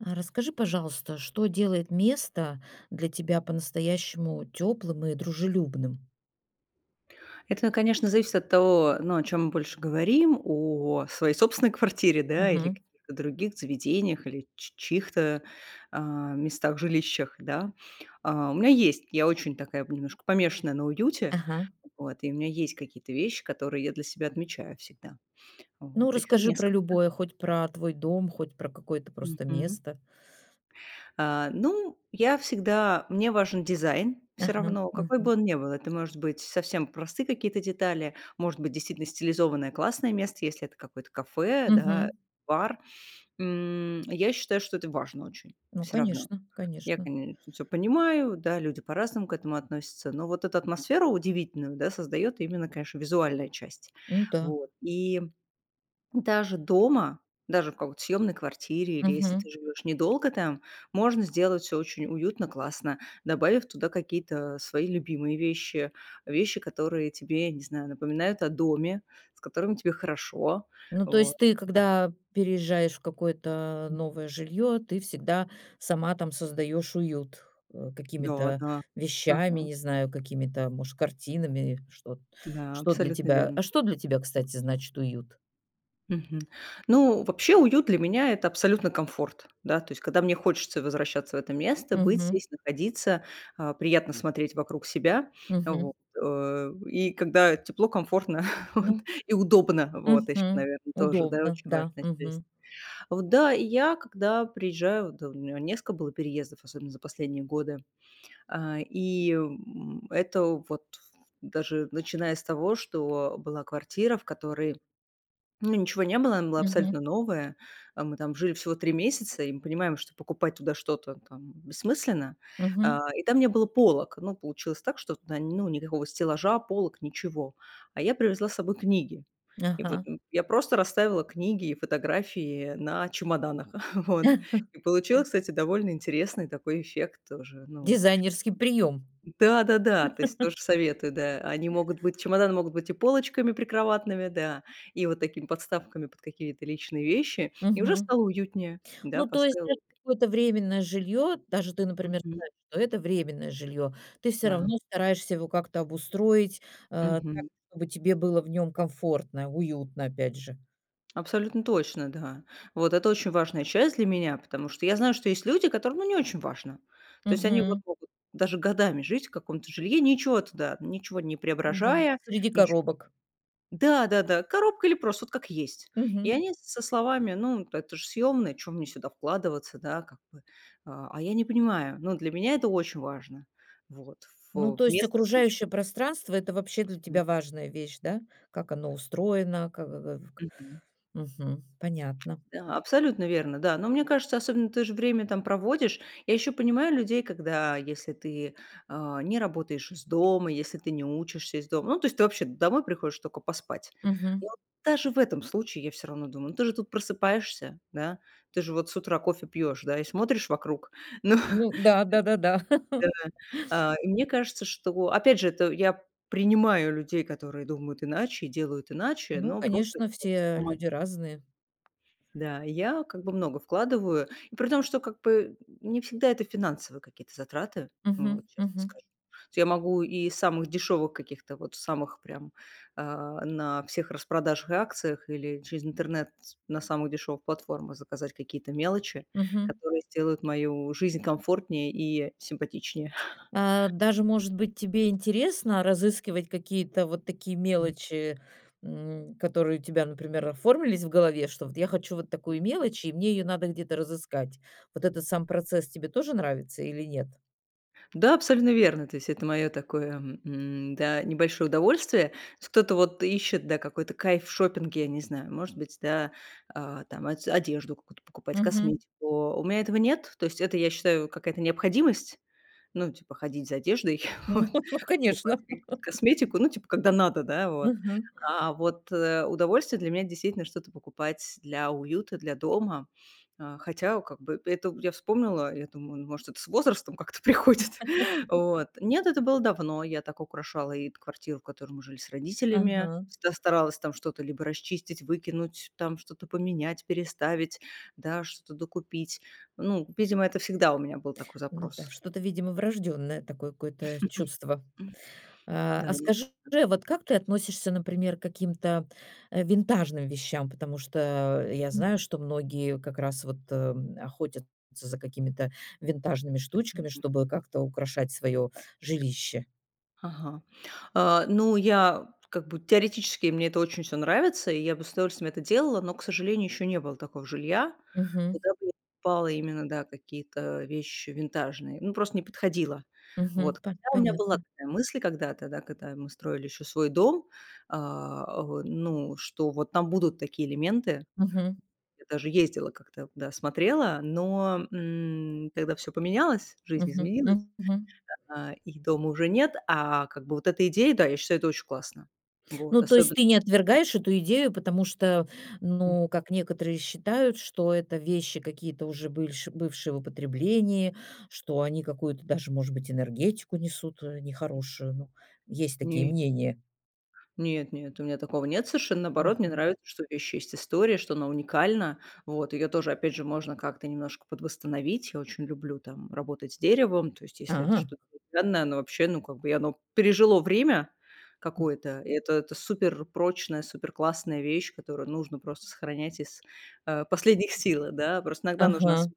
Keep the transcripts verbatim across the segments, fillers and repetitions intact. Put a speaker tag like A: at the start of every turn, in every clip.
A: А расскажи, пожалуйста, что делает место для тебя по-настоящему теплым и дружелюбным?
B: Это, конечно, зависит от того, ну, о чем мы больше говорим: о своей собственной квартире, да, или
A: Мгм.
B: каких-то других заведениях, или ч чьих-то, а, местах, жилищах, да. А, у меня есть, я очень такая немножко помешанная на уюте,
A: Ага.
B: вот, и у меня есть какие-то вещи, которые я для себя отмечаю всегда.
A: Ну,
B: Вот, их
A: расскажи про
B: несколько.
A: любое, хоть про твой дом, хоть про какое-то просто место.
B: А, ну, я всегда мне важен дизайн все
A: Ага.
B: равно, какой
A: Мгм.
B: бы он ни был. Это может быть совсем простые какие-то детали, может быть, действительно стилизованное классное место, если это какое-то кафе, да,
A: Мгм.
B: бар. М, я считаю, что это важно очень
A: Ну,
B: все равно.
A: конечно,
B: Я,
A: конечно.
B: конечно, всё понимаю, да, люди по-разному к этому относятся, но вот эту атмосферу удивительную, да, создает именно, конечно, визуальная часть.
A: Ну да.
B: Вот. И даже дома, даже в какой-то съемной квартире или если ты живешь недолго там, можно сделать все очень уютно, классно, добавив туда какие-то свои любимые вещи, вещи, которые тебе, не знаю, напоминают о доме, с которым тебе хорошо.
A: Ну, то
B: Вот.
A: есть ты, когда переезжаешь в какое-то новое жилье, ты всегда сама там создаешь уют, э,
B: Да,
A: какими-то
B: да.
A: вещами,
B: Ага.
A: не знаю, какими-то, может, картинами, что
B: Да,
A: что для
B: абсолютно
A: тебя
B: верно.
A: А что для тебя, кстати, значит уют?
B: Мгм. Ну, вообще уют для меня — это абсолютно комфорт, да. То есть когда мне хочется возвращаться в это место, быть
A: Угу,
B: здесь, находиться, а, приятно смотреть вокруг себя,
A: угу.
B: вот, э, и когда тепло, комфортно, вот,
A: Ну,
B: и удобно, вот еще,
A: угу.
B: наверное, тоже, да,
A: Удобно,
B: очень
A: да.
B: важная часть.
A: Угу,
B: Вот, да, и я, когда приезжаю, вот, да, у меня несколько было переездов, особенно за последние годы, а, и, м, это вот даже начиная с того, что была квартира, в которой ну, ничего не было, она была
A: угу,
B: абсолютно новая. А, мы там жили всего три месяца, и мы понимаем, что покупать туда что-то там бессмысленно.
A: мгм.
B: А, и там не было полок. Ну, получилось так, что туда, ну, никакого стеллажа, полок, ничего. А я привезла с собой книги. И вот,
A: Ага.
B: м, я просто расставила книги и фотографии на чемоданах. Вот. И получилось, кстати, довольно интересный такой эффект тоже. Ну,
A: Дизайнерский прием.
B: да-да-да, то есть тоже советую, да. Они могут быть Чемоданы могут быть и полочками прикроватными, да, и вот такими подставками под какие-то личные вещи, и уже стало уютнее. Да,
A: Ну, то есть
B: поставила.
A: даже какое-то временное жилье, даже ты, например,
B: Мгм.
A: знаешь, что это временное жилье, ты все
B: Да.
A: равно стараешься его как-то обустроить, э, так,
B: Мгм.
A: чтобы тебе было в нем комфортно, уютно, опять же.
B: Абсолютно точно, да. Вот это очень важная часть для меня, потому что я знаю, что есть люди, которым, ну, не очень важно. То есть они вот
A: Мгм.
B: могут даже годами жить в каком-то жилье, ничего туда, ничего не
A: Да.
B: преображая,
A: Среди
B: ничего
A: коробок.
B: да-да-да, коробка или просто вот как есть. И
A: Мгм.
B: они со словами: "Ну, это же съемное, чем мне сюда вкладываться, да, как бы". А, а я не понимаю. Ну, для меня это очень важно. Вот,
A: Ну,
B: в
A: то есть
B: место, где я
A: окружающее пространство — это вообще для
B: живу.
A: тебя важная вещь, да? Как оно устроено, как э, к
B: Мгм.
A: Мгм. Понятно.
B: Да, абсолютно верно, да. Но мне кажется, особенно ты же время там проводишь. Я еще понимаю людей, когда если ты, а, не работаешь из дома, если ты не учишься из дома, ну, то есть ты вообще домой приходишь только поспать. Но
A: Мгм.
B: даже в этом случае я все равно думаю: ну, ты же тут просыпаешься, да, ты же вот с утра кофе пьешь, да, и смотришь вокруг. Ну
A: Ну да, да-да-да.
B: да. А, и мне кажется, что опять же, это я принимаю людей, которые думают иначе и делают иначе,
A: Ну,
B: но просто
A: конечно, все
B: вот
A: люди разные.
B: да, я как бы много вкладываю. И при том, что как бы не всегда это финансовые какие-то затраты, ну, вот
A: Мгм,
B: честно
A: мгм,
B: скажу. То Я могу и из самых дешевых каких-то, вот самых прям а, на всех распродажах и акциях или через интернет на самых дешевых платформах заказать какие-то мелочи,
A: мгм.
B: которые сделают мою жизнь комфортнее и симпатичнее.
A: А, даже, может быть, тебе интересно разыскивать какие-то вот такие мелочи, м, которые у тебя, например, оформились в голове, что вот я хочу вот такую мелочь, и мне ее надо где-то разыскать. Вот этот сам процесс тебе тоже нравится или нет?
B: Да, абсолютно верно. То есть это мое такое, м, да, небольшое удовольствие. С Кто-то вот ищет, да, какой-то кайф в шопинге, я не знаю, может быть, да, а, там одежду какую-то покупать,
A: Мгм.
B: косметику. У меня этого нет. То есть это, я считаю, какая-то необходимость. Ну, типа ходить за одеждой,
A: Ну,
B: вот,
A: ну,
B: покупать
A: конечно.
B: ко косметику, ну, типа, когда надо, да, вот.
A: Мгм.
B: А вот, э, удовольствие для меня действительно что-то покупать для уюта, для дома. А, хотя, как бы, это вот я вспомнила, я думаю, ну, может, это с возрастом как-то приходит. Вот. Нет, это было давно. Я так украшала и квартиру, в которой мы жили с родителями.
A: Ага.
B: Всегда старалась там что-то либо расчистить, выкинуть, там что-то поменять, переставить, да, что-то докупить. Ну, видимо, это всегда у меня был такой
A: Ну да,
B: запрос.
A: что-то, видимо, врожденное такое какое-то чувство. А
B: Да,
A: а
B: наверно.
A: скажи, вот как ты относишься, например, к каким-то, э, винтажным вещам? Потому что я
B: Мгм.
A: знаю, что многие как раз вот, эм, охотятся за какими-то винтажными штучками, чтобы как-то украшать свое жилище.
B: Ага. А, ну, я как бы теоретически мне это очень все нравится, и я бы с удовольствием это делала, но, к сожалению, еще не было такого жилья,
A: Мгм,
B: куда бы я покупала именно, да, какие-то вещи винтажные. Ну, просто не подходило.
A: мгм,
B: Вот.
A: пон
B: Хотя у меня была
A: понятно.
B: такая мысль когда-то, да, когда мы строили еще свой дом, а, о, ну, что вот там будут такие элементы.
A: Мгм,
B: Я даже ездила как-то, да, смотрела, но, м, тогда всё поменялось, жизнь
A: мгм,
B: изменилась.
A: мгм.
B: А, их дома уже нет, а как бы вот эта идея, да, я считаю, это очень классно. Вот,
A: Ну, то есть
B: особенно
A: ты не отвергаешь эту идею, потому что,
B: м,
A: ну, как некоторые считают, что это вещи какие-то уже бывши- бывшие в употреблении, что они какую-то даже, может быть, энергетику несут э, нехорошую. Ну, есть такие
B: не
A: мнения.
B: нет, нет, у меня такого нет совершенно. Наоборот, мне
A: Мгм.
B: нравится, что у вещи есть история, что она уникальна. Вот, ее тоже, опять же, можно как-то немножко подвосстановить. Я очень люблю там работать с деревом. То есть если это
A: Ага.
B: что-то деревянное, оно вообще, ну, как бы и оно пережило время какое-то. И это это супер прочная, супер классная вещь, которую нужно просто сохранять из, э, последних сил, да. Просто иногда нужна.
A: Ага.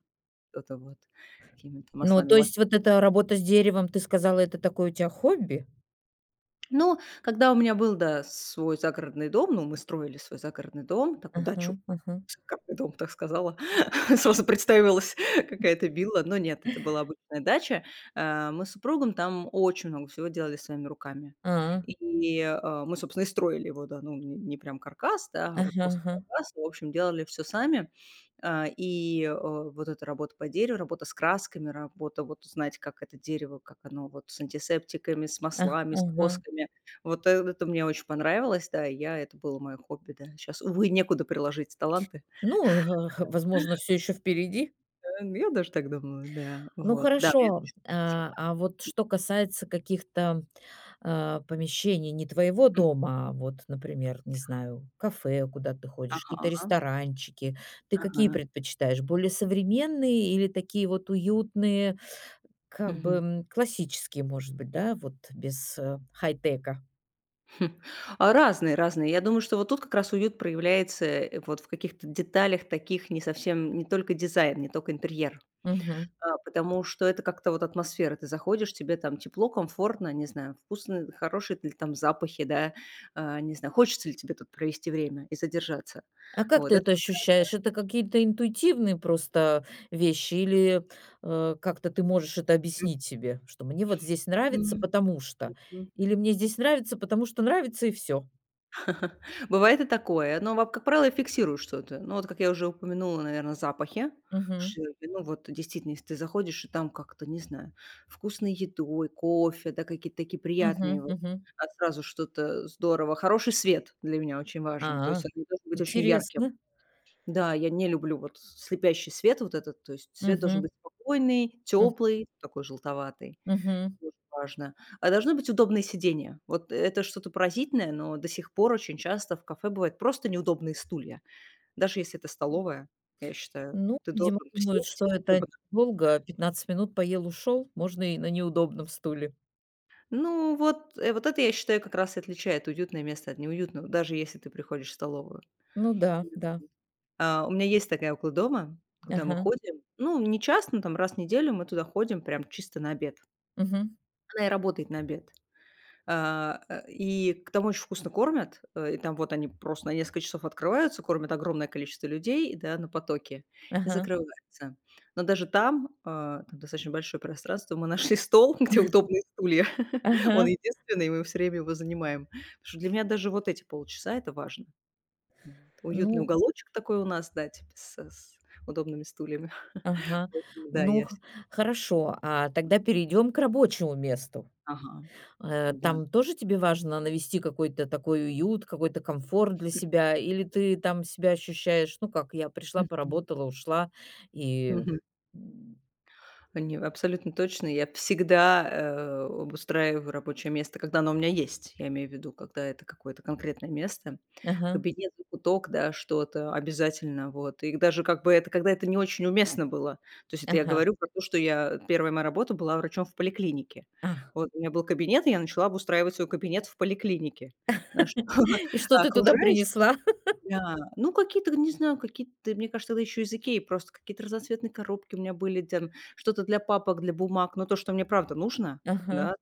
B: Что-то вот какими-то
A: Ну,
B: маслами,
A: то
B: лак.
A: есть вот эта работа с деревом, ты сказала, это такое у тебя хобби?
B: Но когда у меня был, да, свой загородный дом, ну, мы строили свой загородный дом, такую
A: Ага,
B: дачу.
A: ага.
B: Шикарный дом, так сказала. Сразу представилась какая-то вилла, но нет, это была обычная дача. Э, мы с супругом там очень много всего делали своими руками.
A: А,
B: И, э, мы, собственно, и строили его, да, ну, н не прям каркас, да, а вот
A: ага,
B: после
A: ага.
B: каркаса, в общем, делали все сами. А, и, э, вот эта работа по дереву, работа с красками, работа вот узнать, как это дерево, как оно вот с антисептиками, с
A: А,
B: маслами, с
A: ага.
B: восками. Вот э- это мне очень понравилось, да, и я это было мое хобби, да. Сейчас увы, некуда приложить таланты.
A: Ну, возможно, все еще впереди.
B: Э, ну, я даже так думаю, да.
A: Ну
B: Вот, да, мне
A: хорошо,
B: тоже нравится.
A: а, а вот что касается каких-то, а, помещений не твоего
B: М,
A: дома, а вот, например, не знаю, кафе, куда ты ходишь, какие-то
B: ага,
A: ресторанчики. Ты какие
B: ага,
A: предпочитаешь? Более современные или такие вот уютные, как бы,
B: мгм.
A: м, классические, может быть, да, вот без, э, хай-тека?
B: Хм. А разные, разные. Я думаю, что вот тут как раз уют проявляется, э, вот в каких-то деталях таких не совсем, не только дизайн, не только интерьер,
A: Мгм.
B: а, потому что это как-то вот атмосфера. Ты заходишь, тебе там тепло, комфортно, не знаю, вкусно, хорошие ли там запахи, да, а, не знаю, хочется ли тебе тут провести время и задержаться.
A: А как
B: Вот
A: ты
B: это
A: это ощущаешь? Это какие-то интуитивные просто вещи или, э, как-то ты можешь это объяснить себе, что мне вот здесь нравится, потому что,
B: Мгм.
A: или мне здесь нравится, потому что нравится и все.
B: Бывает и такое, но, во как правило, я фиксирую что-то. Ну, вот, как я уже упомянула, наверное, запахи, что,
A: Мгм.
B: ну, вот действительно, если ты заходишь, и там как-то, не знаю, вкусной едой, кофе, да, какие-то такие приятные
A: Мгм.
B: вот,
A: Мгм.
B: а сразу что-то здорово. Хороший свет для меня очень важен, то
A: А,
B: есть он не должен быть очень ярким.
A: интересно.
B: Да, я не люблю вот слепящий свет вот этот, то есть свет должен
A: Мгм.
B: быть спокойный,
A: М.
B: теплый, такой желтоватый.
A: Мгм.
B: Тоже важно. А должны быть удобные сиденья. Вот это что-то поразительное, но до сих пор очень часто в кафе бывают просто неудобные стулья. Даже если это столовая, я считаю,
A: Ну,
B: ты
A: видимо,
B: должен
A: думают,
B: сесть
A: что это
B: удобно.
A: долго, пятнадцать минут поел, ушел, можно и на неудобном стуле.
B: Ну, вот, э, вот это, я считаю, как раз и отличает уютное место от неуютного, даже если ты приходишь в столовую.
A: Ну да, да.
B: А, у меня есть такая около дома, куда мы
A: Ага.
B: ходим. Ну, не часто, но там раз в неделю мы туда ходим прям чисто на обед.
A: Мгм.
B: Она и работает на обед. А, э, и там очень вкусно кормят, э, и там вот они просто на несколько часов открываются, кормят огромное количество людей, да, на потоке, и
A: Ага.
B: закрываются. Но даже там, а, там достаточно большое пространство, мы нашли стол, где удобные стулья. Он
A: Ага.
B: единственный, и мы все время его занимаем. Потому что для меня даже вот эти полчаса — это важно. Ну. Вот. Уютный
A: Ну
B: уголочек такой у нас, да, типа с с удобными стульями.
A: Ага.
B: Поэтому да,
A: Ну,
B: я
A: х
B: вс
A: хорошо, а тогда перейдем к рабочему месту.
B: Ага,
A: Э,
B: да.
A: там тоже тебе важно навести какой-то такой уют, какой-то комфорт для себя? Или ты там себя ощущаешь, ну, как: "Я пришла,
B: Мгм.
A: поработала, ушла и"
B: Мгм.
A: М.
B: Не, абсолютно точно. Я всегда, э, обустраиваю рабочее место, когда оно у меня есть. Я имею в виду, когда это какое-то конкретное место,
A: Ага,
B: кабинет, закуток, да, что-то обязательно, вот. И даже как бы это, когда это не очень уместно было. То есть это я
A: ага,
B: говорю про то, что я первая моя работа была врачом в поликлинике.
A: а.
B: Вот у меня был кабинет, и я начала обустраивать свой кабинет в поликлинике. На что
A: И что ты туда
B: окружающие,
A: принесла?
B: да, ну какие-то, не знаю, какие-то, мне кажется, это еще из "Икеи", просто какие-то разноцветные коробки у меня были, там что-то для папок, для бумаг, но то, что мне правда нужно,
A: Ага.
B: да.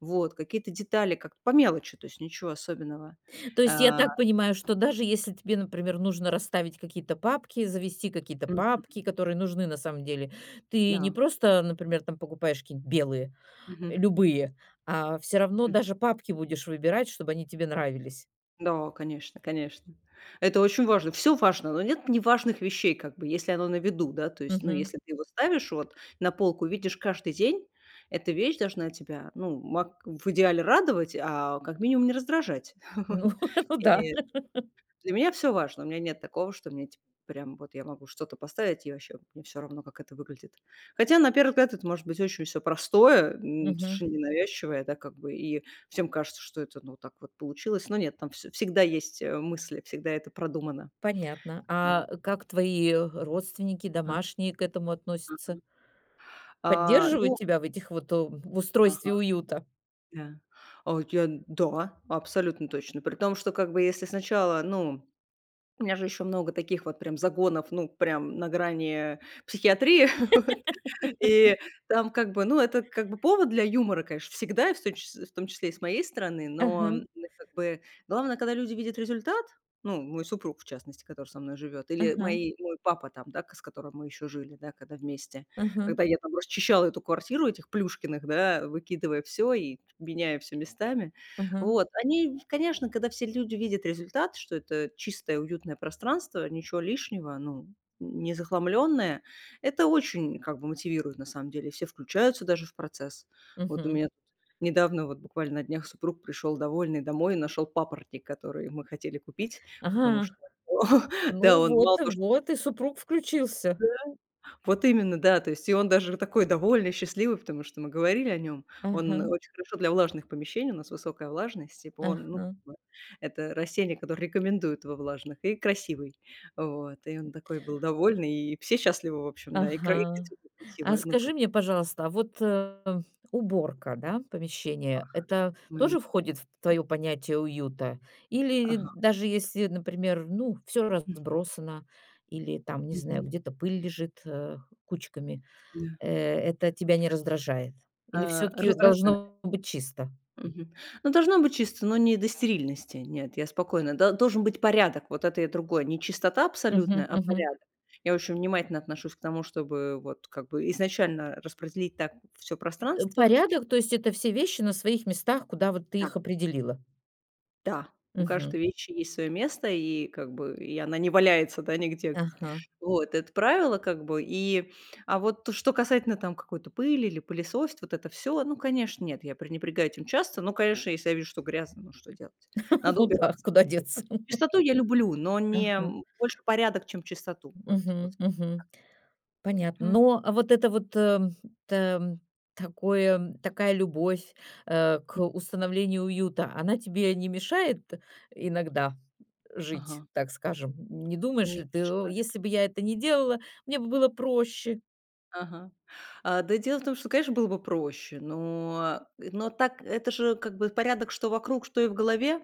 B: Вот, какие-то детали, как по мелочи, то есть ничего особенного.
A: То есть я
B: А,
A: так понимаю, что даже если тебе, например, нужно расставить какие-то папки, завести какие-то
B: м,
A: папки, которые нужны на самом деле, ты не
B: да.
A: просто, например, там покупаешь какие-нибудь белые
B: Мгм.
A: Любые. А все равно даже папки будешь выбирать, чтобы они тебе нравились.
B: Да, конечно, конечно. Это очень важно. Все важно, но нет неважных вещей, как бы, если оно на виду, да. То есть, ну,
A: Мгм.
B: если ты его ставишь вот на полку, видишь каждый день, эта вещь должна тебя, ну, мак в идеале радовать, а как минимум не раздражать. Вот.
A: Ну ну да.
B: И для меня все важно. У меня нет такого, что мне типа прям вот я могу что-то поставить, и вообще мне все равно, как это выглядит. Хотя, на первый взгляд, это может быть очень все простое, м,
A: Мгм.
B: совершенно ненавязчивое, да, как бы, и всем кажется, что это, ну, так вот получилось. Но нет, там вс всегда есть, э, мысли, всегда это продумано.
A: Понятно.
B: Вот.
A: А как твои родственники,
B: Ага.
A: домашние к этому относятся?
B: А,
A: Поддерживают
B: ну.
A: тебя в этих вот, э, в устройстве
B: Ага,
A: уюта?
B: да. А, вот я, да, абсолютно точно. При том, что, как бы, если сначала, ну. У меня же еще много таких вот прям загонов, ну, прям на грани психиатрии. Вот. И там как бы, ну, это как бы повод для юмора, конечно, всегда, и в том чис в том числе и с моей стороны, но,
A: Ага,
B: м, как бы главное, когда люди видят результат, ну, мой супруг, в частности, который со мной живет, или
A: ага,
B: мои мой папа там, да, к с которым мы еще жили, да, когда вместе,
A: ага,
B: когда я там расчищала эту квартиру этих Плюшкиных, да, выкидывая все и меняя все местами.
A: ага,
B: Вот. Они, конечно, когда все люди видят результат, что это чистое, уютное пространство, ничего лишнего, ну, не захламленное, это очень как бы мотивирует на самом деле. Все включаются даже в процесс. Вот у
A: мгм.
B: меня тут недавно, вот буквально на днях, супруг пришел довольный домой и нашел папоротник, который мы хотели купить, потому
A: Ага.
B: что да,
A: Ну
B: он
A: вот,
B: мало
A: и
B: того,
A: вот и супруг включился.
B: вот именно, да. То есть и он даже такой довольный, счастливый, потому что мы говорили о нем.
A: Ага,
B: Он очень хорошо для влажных помещений, у нас высокая влажность, типа он, ну, как
A: ага.
B: бы это растение, которое рекомендуют во влажных, и красивый. Вот, и он такой был довольный, и все счастливы, в общем, да, и кра и
A: Ага. А
B: красиво, ну, как
A: скажи мне, пожалуйста, а вот, э, уборка, да, помещения — это
B: момент.
A: тоже входит в твоё понятие уюта? Или
B: Ага.
A: даже если, например, ну, всё
B: М.
A: разбросано или там, не знаю,
B: Мгм.
A: где-то пыль лежит, э, кучками,
B: Да.
A: э, это тебя не раздражает? Или
B: А,
A: всё-таки
B: раздражает.
A: должно быть чисто?
B: Мгм. Ну, должно быть чисто, но не до стерильности. Нет, я спокойно. До Должен быть порядок. Вот это и другое. Не чистота абсолютная,
A: Мгм,
B: а
A: мгм.
B: порядок. Я очень внимательно отношусь к тому, чтобы вот как бы изначально распределить так все
A: Э,
B: пространство.
A: порядок, то есть это все вещи на своих местах, куда вот ты их определила?
B: Да, у
A: Мгм.
B: каждой вещи есть свое место, и как бы и она не валяется, да, нигде. Г
A: Ага.
B: Вот, это правило как бы. И, а вот то, что касательно там какой-то пыли или пылесосить, вот это все, ну, конечно, нет, я пренебрегаю этим часто. Ну, конечно, если я вижу, что грязно, ну, что делать? Надо
A: Ну да,
B: убираться,
A: куда
B: придётся.
A: деться?
B: Чистоту я люблю, но не,
A: Ага.
B: м, больше порядок, чем чистоту. Вот, вот.
A: Мгм, мгм. Понятно.
B: М.
A: Но, а вот это вот, эм, там, такое такая любовь, э, к установлению уюта, она тебе не мешает иногда жить,
B: Ага.
A: так скажем? Не думаешь
B: Не
A: ли ты: "О,
B: мешает.
A: если бы я это не делала, мне бы было проще"?
B: Ага. А, да, дело в том, что, конечно, было бы проще, но э, но так это же как бы порядок, что вокруг, что и в голове.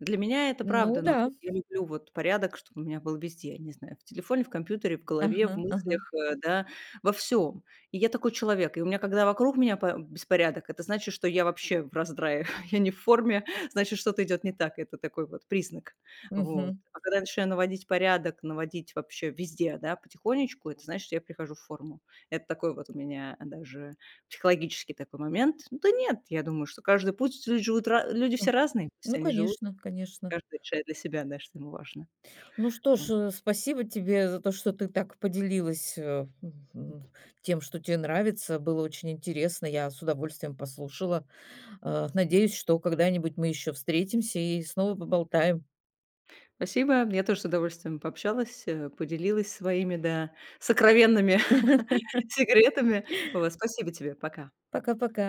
B: Для меня это правда.
A: Ну
B: Ну, то
A: да.
B: есть я люблю вот порядок, чтобы у меня был везде, я не знаю, в телефоне, в компьютере, в голове,
A: Ага,
B: в
A: ага.
B: мыслях, э, да, во всем. И я такой человек. И у меня, когда вокруг меня по беспорядок, это значит, что я вообще в раздрае, я не в форме, значит, что-то идет не так. Это такой вот признак. Вот.
A: Мгм.
B: А когда я начинаю наводить порядок, наводить вообще везде, да, потихонечку, это значит, что я прихожу в форму. Это такой вот у меня даже психологический такой момент. Ну да нет, я думаю, что каждый путь, люди живут ра люди все
A: М.
B: разные, пусть
A: Ну,
B: они живут,
A: конечно, конечно.
B: каждый решает для себя, да, что ему важно.
A: Ну что
B: Вот.
A: ж, э, спасибо тебе за то, что ты так поделилась э, м, тем, что тебе нравится. Было очень интересно. Я с удовольствием послушала. Э, надеюсь, что когда-нибудь мы еще встретимся и снова поболтаем.
B: Спасибо, я тоже с удовольствием пообщалась, э, поделилась своими, да, сокровенными секретами. Вот, спасибо тебе, пока.
A: Пока-пока.